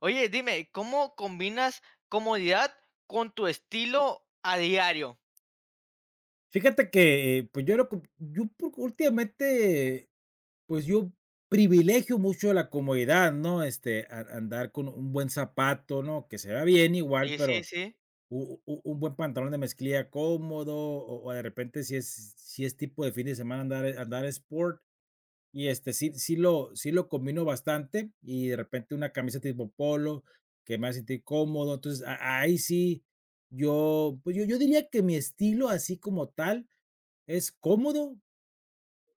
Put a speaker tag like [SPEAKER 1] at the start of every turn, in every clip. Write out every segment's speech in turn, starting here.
[SPEAKER 1] Oye, dime, ¿cómo combinas comodidad con tu estilo a diario?
[SPEAKER 2] Fíjate que, pues, yo lo com yo por últimamente, yo privilegio mucho la comodidad, ¿no? Este, a andar con un buen zapato, ¿no? Que se vea bien igual,
[SPEAKER 1] Sí, sí,
[SPEAKER 2] pero
[SPEAKER 1] sí.
[SPEAKER 2] u u un buen pantalón de mezclilla cómodo, o de repente, si es tipo de fin de semana andar andar sport, y, este, sí lo combino bastante, y de repente una camisa tipo polo, que me hace sentir cómodo. Entonces, a ahí sí, yo, pues, yo diría que mi estilo así como tal, es cómodo,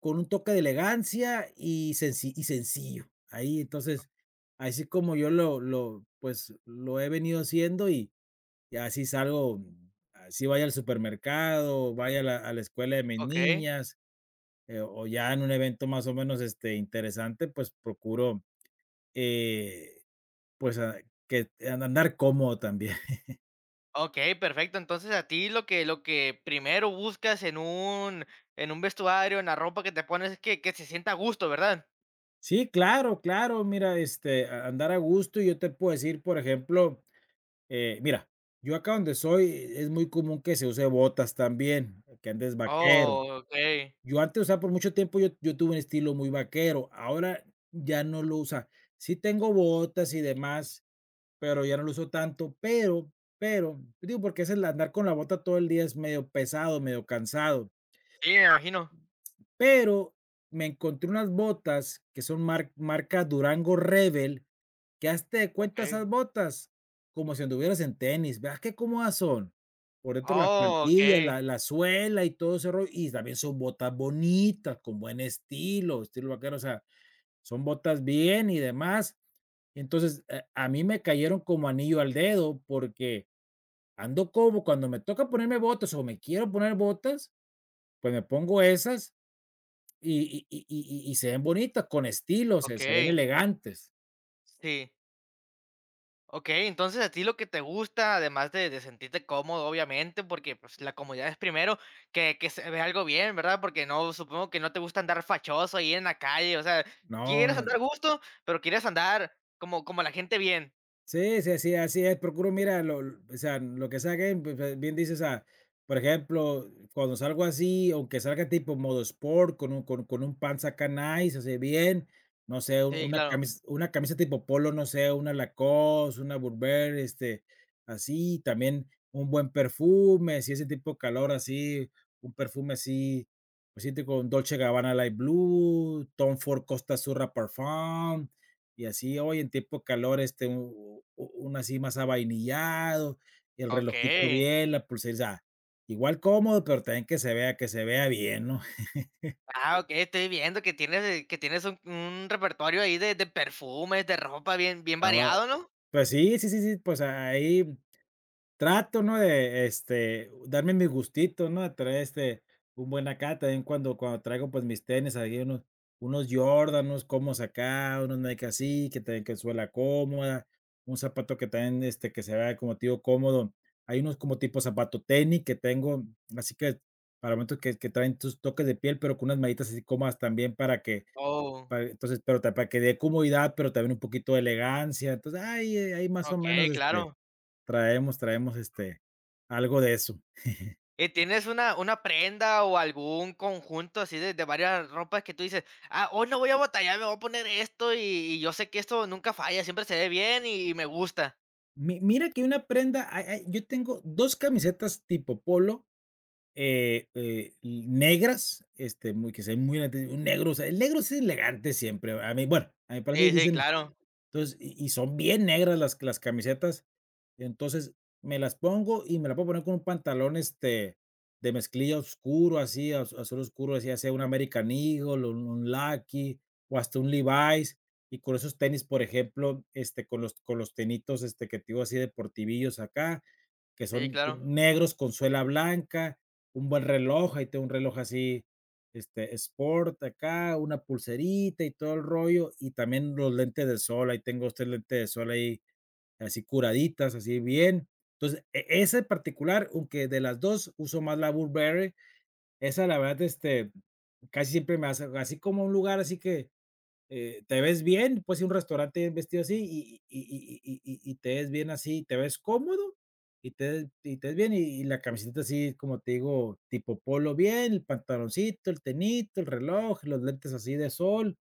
[SPEAKER 2] con un toque de elegancia y sencillo. Ahí, entonces, así como yo lo he venido haciendo y así salgo, así vaya al supermercado, vaya a la escuela de mis
[SPEAKER 1] Okey.
[SPEAKER 2] niñas, o ya en un evento más o menos, este, interesante, pues, procuro, eh, pues, ah, que an andar cómodo también.
[SPEAKER 1] Okey, perfecto. Entonces, a ti lo que primero buscas en un vestuario, en la ropa que te pones, es que se sienta a gusto, ¿verdad?
[SPEAKER 2] Sí, claro, claro, mira, este, a andar a gusto, y yo te puedo decir, por ejemplo. Mira, yo acá donde soy es muy común que se use botas también, que andes vaquero.
[SPEAKER 1] Oh, okey.
[SPEAKER 2] Yo antes, o sea, por mucho tiempo yo tuve un estilo muy vaquero, ahora ya no lo usa. Sí tengo botas y demás, pero ya no lo uso tanto, pero, digo, porque es el andar con la bota todo el día es medio pesado, medio cansado,
[SPEAKER 1] Sí, me imagino.
[SPEAKER 2] pero me encontré unas botas que son marca Durango Rebel, que hazte de cuenta esas
[SPEAKER 1] Okey.
[SPEAKER 2] botas como si anduvieras en tenis, veas qué cómodas son. Por dentro la
[SPEAKER 1] Oh,
[SPEAKER 2] plantilla,
[SPEAKER 1] okey,
[SPEAKER 2] la suela y todo ese rollo, y también son botas bonitas, con buen estilo, estilo vaquero, o sea, son botas bien y demás. Entonces, a mí me cayeron como anillo al dedo, porque ando como cuando me toca ponerme botas o me quiero poner botas, pues me pongo esas y se ven bonitas, con estilo, se ven
[SPEAKER 1] okey.
[SPEAKER 2] elegantes.
[SPEAKER 1] Sí. Okey, entonces a ti lo que te gusta, además de sentirte cómodo, obviamente, porque, pues, la comodidad es primero, que se ve algo bien, ¿verdad? Porque no supongo que no te gusta andar fachoso ahí en la calle, o sea,
[SPEAKER 2] No, no,
[SPEAKER 1] quieres
[SPEAKER 2] no.
[SPEAKER 1] andar a gusto, pero quieres andar como la gente bien.
[SPEAKER 2] Sí, sí, así así es, procuro, mira, lo l o sea, lo que saquen, pues, bien dices, ah, por ejemplo, cuando salgo así, aunque salga tipo modo sport, con un pants acá nice, así bien, no sé,
[SPEAKER 1] Sí, claro.
[SPEAKER 2] una camisa tipo polo, no sé, una Lacoste, una Burberry, este, así, también un buen perfume, si ese tipo de calor así, un perfume así, pues, sí, tipo Dolce & Gabbana Light Blue, Tom Ford Costa Azzurra Parfum, y así, hoy en tiempo de calor, este, u u uno así más avainillado, el relojito
[SPEAKER 1] Okey.
[SPEAKER 2] bien, la pulsera, igual cómodo, pero también que se vea bien, ¿no?
[SPEAKER 1] Ah, okey, estoy viendo que tienes un repertorio ahí de perfumes, de ropa bien
[SPEAKER 2] Estaba,
[SPEAKER 1] variado, ¿no?
[SPEAKER 2] pues sí, sí, sí, sí, pues ahí trato, ¿no?, de, este, darme mi gustito, ¿no?, de traer, este, un buen acá, también cuando traigo, pues, mis tenis, ahí unos Jordan, unos cómodos acá, unos Nike así, que también que suela cómoda, un zapato que también, este, que se vea como te cómodo. Hay unos como tipo zapato tenis que tengo, así que para momentos que traen tus toques de piel, pero con unas mallitas así cómodas también para que
[SPEAKER 1] Oh,
[SPEAKER 2] para entonces, pero ta para que dé comodidad, pero también un poquito de elegancia. Entonces, ahí más o menos,
[SPEAKER 1] okey,
[SPEAKER 2] este,
[SPEAKER 1] claro.
[SPEAKER 2] Traemos, este, algo de eso.
[SPEAKER 1] ¿Y tienes una prenda o algún conjunto así de varias ropas que tú dices, ah, hoy no voy a batallar, me voy a poner esto y yo sé que esto nunca falla, siempre se ve bien y me gusta?
[SPEAKER 2] Mi Mira que una prenda, hay yo tengo 2 camisetas tipo polo, negras, este, muy que se ven muy elegantes, un negro, o sea, el negro es elegante siempre, a mí, bueno, a mí parecer
[SPEAKER 1] Sí, sí,
[SPEAKER 2] dicen.
[SPEAKER 1] claro,
[SPEAKER 2] Entonces, y son bien negras las camisetas. Entonces, me las pongo y me la puedo poner con un pantalón, este, de mezclilla oscuro, así, az azul oscuro, así, ya sea un American Eagle, un Lucky, o hasta un Levi's, y con esos tenis, por ejemplo, este, con los tenitos, este, que te digo así deportivillos acá, que
[SPEAKER 1] sí,
[SPEAKER 2] son
[SPEAKER 1] claro,
[SPEAKER 2] negros con suela blanca, un buen reloj, ahí tengo un reloj así, este, sport acá, una pulserita y todo el rollo, y también los lentes de sol, ahí tengo este lentes de sol ahí, así curaditas, así bien. Entonces, esa en particular, aunque de las 2 uso más la Burberry, esa la verdad, este, casi siempre me hace así como un lugar así que te ves bien, pues ir a un restaurante vestido así y te ves bien así, te ves cómodo y te y te ves bien, y la camiseta así, como te digo, tipo polo bien, el pantaloncito, el tenito, el reloj, los lentes así de sol,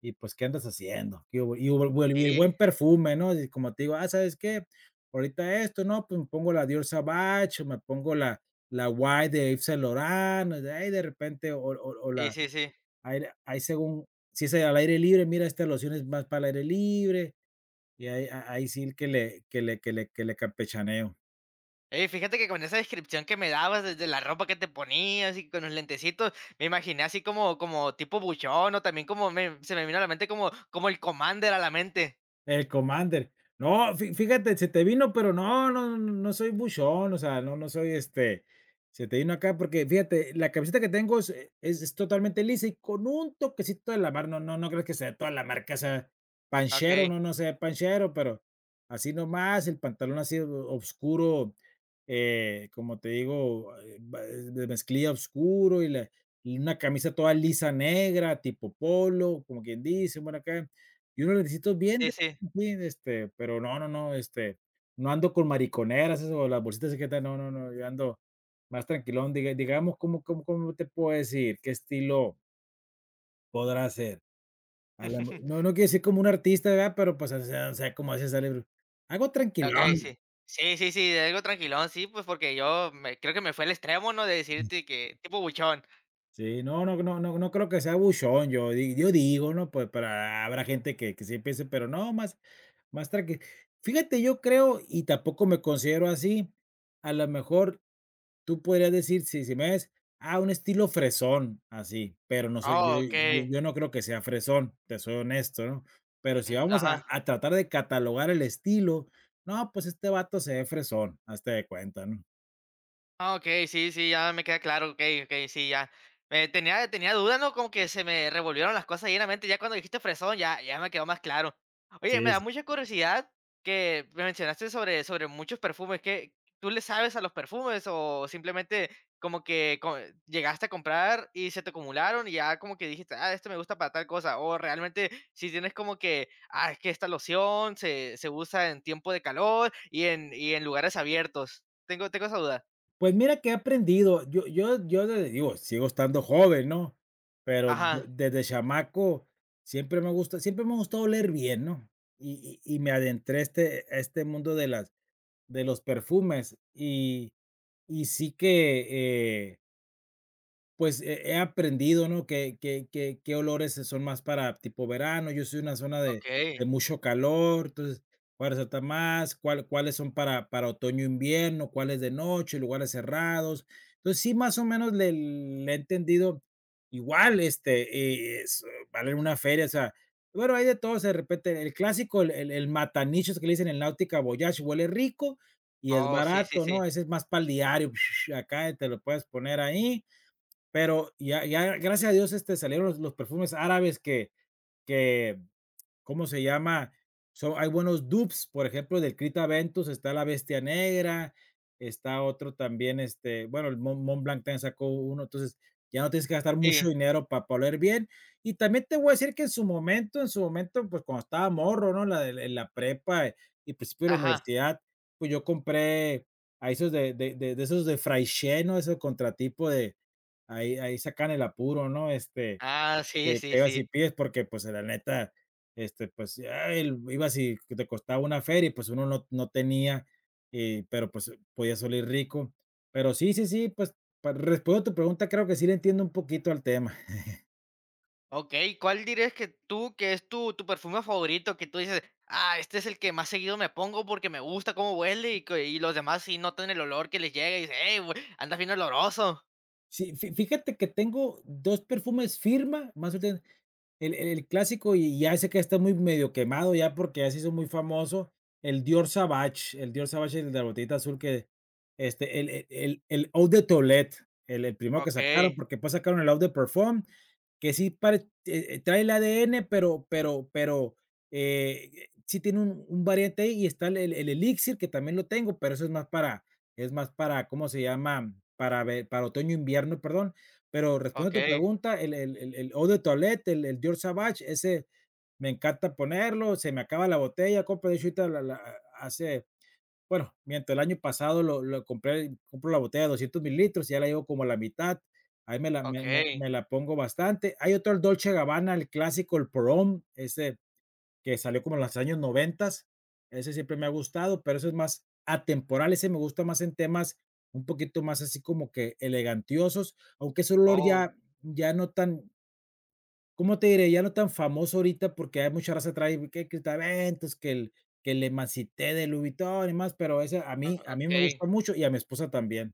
[SPEAKER 2] y pues, ¿qué andas haciendo? Y hubo buen el buen
[SPEAKER 1] sí,
[SPEAKER 2] perfume, ¿no? Y como te digo: "Ah, ¿sabes qué? Ahorita esto, ¿no? Pues, me pongo la Dior Sauvage, o me pongo la White de Yves Saint Laurent", ay, de repente, o
[SPEAKER 1] sí,
[SPEAKER 2] la
[SPEAKER 1] sí, sí.
[SPEAKER 2] Aire ahí, según si es al aire libre, mira, esta loción es más para el aire libre, y ahí sí que le campechaneo.
[SPEAKER 1] Ey, fíjate que con esa descripción que me dabas desde la ropa que te ponías y con los lentecitos, me imaginé así como, como tipo buchón o también se me vino a la mente como, como el Commander a la mente.
[SPEAKER 2] El Commander. No, fí fíjate, se te vino, pero no, no soy buchón, o sea, no soy, este, se te vino acá porque fíjate, la camiseta que tengo es es totalmente lisa y con un toquecito de la mar, no creas que sea toda la marca, o sea,
[SPEAKER 1] Ok,
[SPEAKER 2] panchero, no, no sea panchero, pero así nomás, el pantalón así o oscuro, como te digo, va de mezclilla oscuro y una camisa toda lisa negra, tipo polo, como quien dice, bueno, acá, y unos lentecitos bien.
[SPEAKER 1] sí, sí.
[SPEAKER 2] Sí, este, pero no, no, no, este, no ando con mariconeras, eso, las bolsitas secretas, no, no, no, yo ando más tranquilón, digamos, cómo te puedo decir? ¿Qué estilo podrá ser? A la mo No no quiero decir como un artista, ¿verdad? Pero, pues, o sea, como haces salir algo
[SPEAKER 1] Okey,
[SPEAKER 2] tranquilón.
[SPEAKER 1] sí. Sí, sí, sí, de algo tranquilón, sí, pues, porque yo me creo que me fue el extremo, ¿no? De decirte que tipo buchón.
[SPEAKER 2] Sí, no creo que sea buchón, yo digo, ¿no? Pues, para habrá gente que sí piense, pero no, más más tranqui, fíjate, yo creo, y tampoco me considero así, a lo mejor tú podrías decir, si me ves, ah, un estilo fresón, así, pero no soy yo.
[SPEAKER 1] Ah,
[SPEAKER 2] Yo
[SPEAKER 1] okey.
[SPEAKER 2] yo no creo que sea fresón, te soy honesto, ¿no? Pero si
[SPEAKER 1] Mm,
[SPEAKER 2] vamos a
[SPEAKER 1] ajá.
[SPEAKER 2] tratar de catalogar el estilo, no, pues este vato se ve fresón, hazte de cuenta, ¿no?
[SPEAKER 1] Ah, okey, sí, sí, ya me queda claro, okey, okey, sí, ya. Tenía dudas, ¿no? Como que se me revolvieron las cosas ahí en la mente, ya cuando dijiste fresón, ya me quedó más claro.
[SPEAKER 2] Sí,
[SPEAKER 1] Oye, me da
[SPEAKER 2] sí.
[SPEAKER 1] mucha curiosidad que me mencionaste sobre muchos perfumes, ¿qué tú le sabes a los perfumes o simplemente como que co llegaste a comprar y se te acumularon y ya como que dijiste: "Ah, este me gusta para tal cosa", o realmente si tienes como que, ah, es que esta loción se usa en tiempo de calor y en lugares abiertos? Tengo esa duda.
[SPEAKER 2] Pues mira que he aprendido, yo yo yo de digo, sigo estando joven, ¿no? Pero de
[SPEAKER 1] Ajá,
[SPEAKER 2] desde chamaco siempre me ha gustado leer bien, ¿no? Y me adentré este a este mundo de las de los perfumes y sí que, pues, he aprendido, ¿no?, que qué olores son más para tipo verano. Yo soy una zona de
[SPEAKER 1] okey.
[SPEAKER 2] mucho calor, entonces, cuáles resalta más, cuáles son para otoño, invierno, cuáles de noche, lugares cerrados. Entonces, sí, más o menos le he entendido. Igual, este, es vale una feria, o sea, bueno, hay de todos, de repente, el clásico, el matanichos que le dicen, el Nautica Voyage, huele rico y es
[SPEAKER 1] Oh, sí, sí,
[SPEAKER 2] barato, ¿no?
[SPEAKER 1] sí.
[SPEAKER 2] Ese es más para el diario, acá te lo puedes poner ahí. Pero ya, ya gracias a Dios este, salieron los perfumes árabes que ¿cómo se llama? So, hay buenos dupes, por ejemplo, del Krita Ventus está la Bestia Negra, está otro también, este, bueno, el Mont Blanc también sacó uno, entonces ya no tienes que gastar mucho
[SPEAKER 1] Sí,
[SPEAKER 2] dinero para oler bien. Y también te voy a decir que en su momento, pues cuando estaba morro, ¿no? En la prepa y principio de la
[SPEAKER 1] ajá.
[SPEAKER 2] universidad, pues yo compré a esos de esos de Fraiche, ¿no? Ese contratipo de ahí, ahí sacan el apuro, ¿no? Este,
[SPEAKER 1] Ah, sí,
[SPEAKER 2] que
[SPEAKER 1] sí,
[SPEAKER 2] ibas y
[SPEAKER 1] sí.
[SPEAKER 2] pides porque, pues, la neta, este, pues, ya el ibas y que te costaba una feria y, pues, uno no tenía, pero, pues, podías oler rico. Pero sí, sí, sí, pues, pa respondiendo a tu pregunta, creo que sí le entiendo un poquito al tema.
[SPEAKER 1] Okey, ¿cuál dirías que tú que es tu perfume favorito? Que tú dices: "Ah, este es el que más seguido me pongo porque me gusta cómo huele", y que y los demás sí notan el olor que les llega y dicen: "Ey, güey, andas bien oloroso".
[SPEAKER 2] Sí, fi fíjate que tengo 2 perfumes firma, más El clásico, y ya ese que está muy medio quemado ya porque ya se hizo muy famoso, el Dior Savage, el Dior Sauvage, el de la botellita azul que, este, el Eau de Toilette, el primero que
[SPEAKER 1] Okey,
[SPEAKER 2] sacaron, porque después sacaron el Eau de Perform que sí pare trae el ADN, pero, sí tiene un variante ahí, y está el Elixir, que también lo tengo, pero eso es más para, ¿cómo se llama? Para ve para otoño, invierno, perdón. Pero respondo a tu
[SPEAKER 1] okey,
[SPEAKER 2] pregunta, el Eau de Toilette, el Dior Sauvage, ese me encanta ponerlo, se me acaba la botella, compro de hecho hace bueno, mientras el año pasado lo compré, compro la botella de 200 ml, ya la llevo como a la mitad, ahí me la me me
[SPEAKER 1] okey.
[SPEAKER 2] me la pongo bastante. Hay otro, el Dolce & Gabbana, el clásico, el prom ese que salió como en los años noventas. Ese siempre me ha gustado, pero ese es más atemporal. Ese me gusta más en temas un poquito más así como que elegantiosos, aunque ese olor
[SPEAKER 1] Oh,
[SPEAKER 2] ya, ya no tan, ¿cómo te diré? Ya no tan famoso ahorita porque hay mucha raza que trae que Cristaventos, que el Emancité de Louis Vuitton y más, pero ese a
[SPEAKER 1] ah,
[SPEAKER 2] mí a mí me
[SPEAKER 1] okey.
[SPEAKER 2] gusta mucho y a mi esposa también.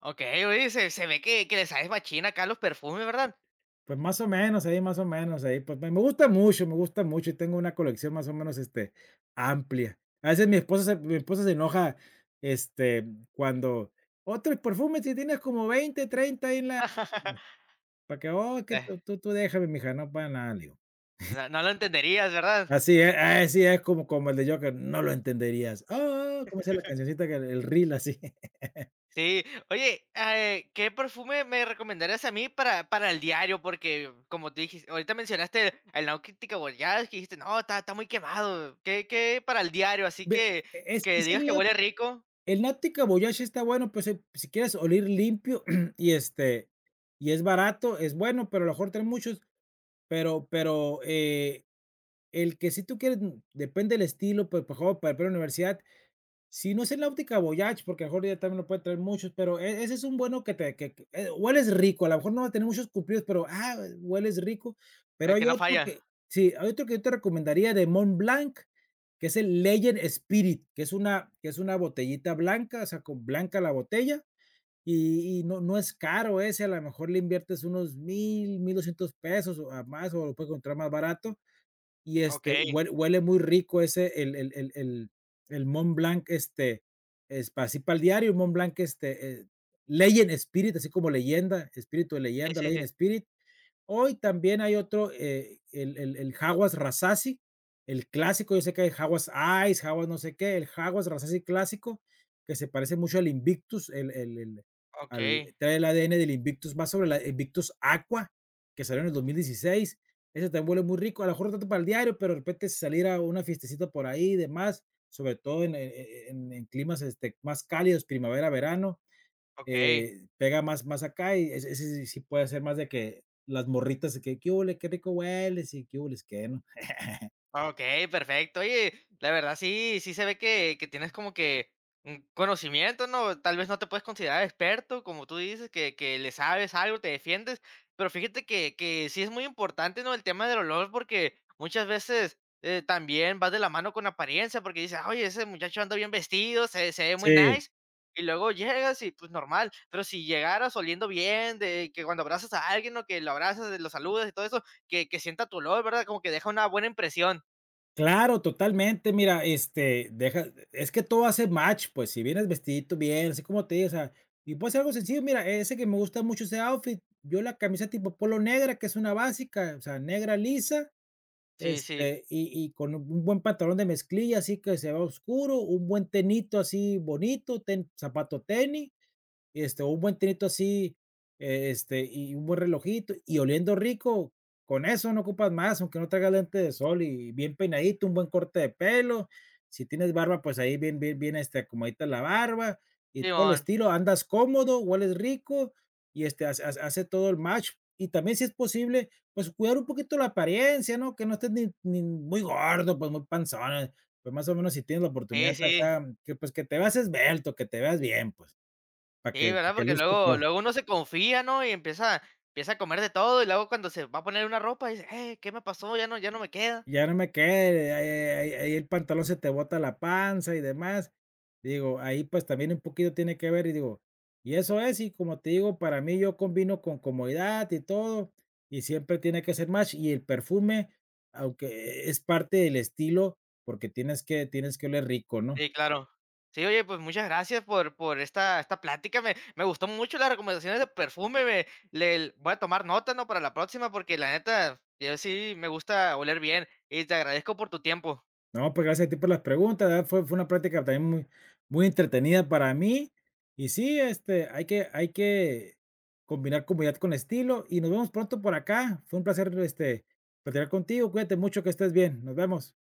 [SPEAKER 1] Okey, oye, se ve que le sabes machín acá a los perfumes, ¿verdad?
[SPEAKER 2] Pues más o menos, ahí más o menos, ahí, pues, me gusta mucho, me gusta mucho, y tengo una colección más o menos, amplia. A veces mi esposa se enoja, este, cuando: "Otros perfumes, si tienes como 20 30 ahí en la", para que: "Oh, que
[SPEAKER 1] Eh,
[SPEAKER 2] tú déjame, mija, no pasa nada", le digo.
[SPEAKER 1] no lo entenderías, ¿verdad?
[SPEAKER 2] Así es como el de Joker, no lo entenderías. Oh, oh, ¿cómo se llama la cancioncita que el reel así?
[SPEAKER 1] Sí, oye, ¿qué perfume me recomendarías a mí para el diario? Porque como tú dijiste, ahorita mencionaste el Nautica Borealis, que dijiste, no, está, está muy quemado. ¿Qué, qué para el diario? Así
[SPEAKER 2] Ve, e,
[SPEAKER 1] que
[SPEAKER 2] es
[SPEAKER 1] digas
[SPEAKER 2] el
[SPEAKER 1] que
[SPEAKER 2] lado.
[SPEAKER 1] huele rico,
[SPEAKER 2] El Natti Kobayashi está bueno, pues, si quieres oler limpio y, este, y es barato, es bueno, pero a lo mejor trae muchos, pero el que si tú quieres, mm, depende del estilo, pues, por ejemplo, para ir a la universidad, si no es en la óptica Voyage, porque a lo mejor ya también lo puede traer muchos, pero ese es un bueno que te que, hueles rico, a lo mejor no va a tener muchos cumplidos, pero, ah, hueles rico. Pero
[SPEAKER 1] el
[SPEAKER 2] hay
[SPEAKER 1] que no
[SPEAKER 2] otro
[SPEAKER 1] falla.
[SPEAKER 2] que sí, hay otro que yo te recomendaría de Mont Blanc, que es el Legend Spirit, que es una botellita blanca, o sea, con blanca la botella, y no es caro ese, a lo mejor le inviertes unos 1,200 pesos o a más, o lo puedes encontrar más barato, y,
[SPEAKER 1] Ok,
[SPEAKER 2] este, huele muy rico ese, el Mont Blanc, es para así para el diario, Mont Blanc, este, Legend Spirit, así como leyenda, espíritu de
[SPEAKER 1] sí,
[SPEAKER 2] leyenda,
[SPEAKER 1] sí,
[SPEAKER 2] Legend
[SPEAKER 1] sí.
[SPEAKER 2] Spirit. Hoy también hay otro, el Jaguars Rasasi, el clásico, yo sé que hay Jaguars Ice, Jaguars no sé qué, el Jaguars Rasasi clásico, que se parece mucho al Invictus, el
[SPEAKER 1] Ok,
[SPEAKER 2] al trae el ADN del Invictus, más sobre la Invictus Aqua, que salió en el 2016. Ese también huele muy rico, a lo mejor no tanto para el diario, pero de repente salir a una fiestecita por ahí y demás, sobre todo en climas, este, más cálidos, primavera, verano,
[SPEAKER 1] ok.
[SPEAKER 2] pega más acá y ese ese sí sí puede ser más de que las morritas de que: "¿Qué hubole? Qué rico hueles", y "¿Qué hubles qué?", ¿no?
[SPEAKER 1] Okey, perfecto. Oye, la verdad sí sí se ve que tienes como que un conocimiento, ¿no? Tal vez no te puedes considerar experto, como tú dices, que le sabes algo, te defiendes, pero fíjate que sí es muy importante, ¿no? El tema del olor, porque muchas veces, también va de la mano con apariencia, porque dices: "Oye, ese muchacho anda bien vestido, se ve muy
[SPEAKER 2] Sí,
[SPEAKER 1] nice", y luego llegas y, pues, normal, pero si llegaras oliendo bien, de que cuando abrazas a alguien, o Que lo abrazas, lo saludas y todo eso, que sienta tu olor, ¿verdad? Como que deja una buena impresión.
[SPEAKER 2] claro, totalmente. Mira, este, deja, es que todo hace match, pues, si vienes vestidito bien, así como te digo, o sea, y puede ser algo sencillo. Mira, ese que me gusta mucho ese outfit, yo la camisa tipo polo negra, que es una básica, o sea, negra lisa,
[SPEAKER 1] Sí, sí,
[SPEAKER 2] este, y con un buen pantalón de mezclilla, así que se vea oscuro, un buen tenito así bonito, ten zapato tenis. Este, o un buen tinito así, este, y un buen relojito, y oliendo rico, con eso no ocupas más, aunque no traigas lente de sol y bien peinadito, un buen corte de pelo. Si tienes barba, pues ahí bien, bien, bien, este, acomodita la barba y todo el
[SPEAKER 1] simón,
[SPEAKER 2] estilo. Andas cómodo, hueles rico y este, hace todo el match. Y también, si es posible, pues cuidar un poquito la apariencia, ¿no? Que no estés ni, ni muy gordo, pues muy panzón. Pues más o menos si tienes la
[SPEAKER 1] sí,
[SPEAKER 2] oportunidad
[SPEAKER 1] sí,
[SPEAKER 2] acá, que pues que te veas esbelto, que te veas bien, pues. Para que
[SPEAKER 1] sí, ¿verdad? Porque
[SPEAKER 2] luzca
[SPEAKER 1] luego
[SPEAKER 2] todo.
[SPEAKER 1] luego uno se confía, ¿no? Y empieza empieza a comer de todo, y luego cuando se va a poner una ropa dice: ¿qué me pasó? Ya no ya no me queda".
[SPEAKER 2] Ya no me quede, ahí ahí el pantalón se te bota la panza y demás. Digo, ahí, pues, también un poquito tiene que ver, y digo, y eso es, y como te digo, para mí yo combino con comodidad y todo, y siempre tiene que ser match, y el perfume, aunque es parte del estilo, porque tienes que oler rico, ¿no?
[SPEAKER 1] Sí, claro. Sí, oye, pues muchas gracias por esta esta plática, me gustó mucho las recomendaciones de perfume, me le voy a tomar nota, ¿no? Para la próxima, porque la neta, yo sí me gusta oler bien, y te agradezco por tu tiempo.
[SPEAKER 2] No, pues gracias a ti por las preguntas, ¿verdad? Fue una práctica también muy, muy entretenida para mí. Y sí, este, hay que combinar comodidad con estilo. Y nos vemos pronto por acá. Fue un placer, este, platicar contigo. Cuídate mucho, que estés bien. Nos vemos.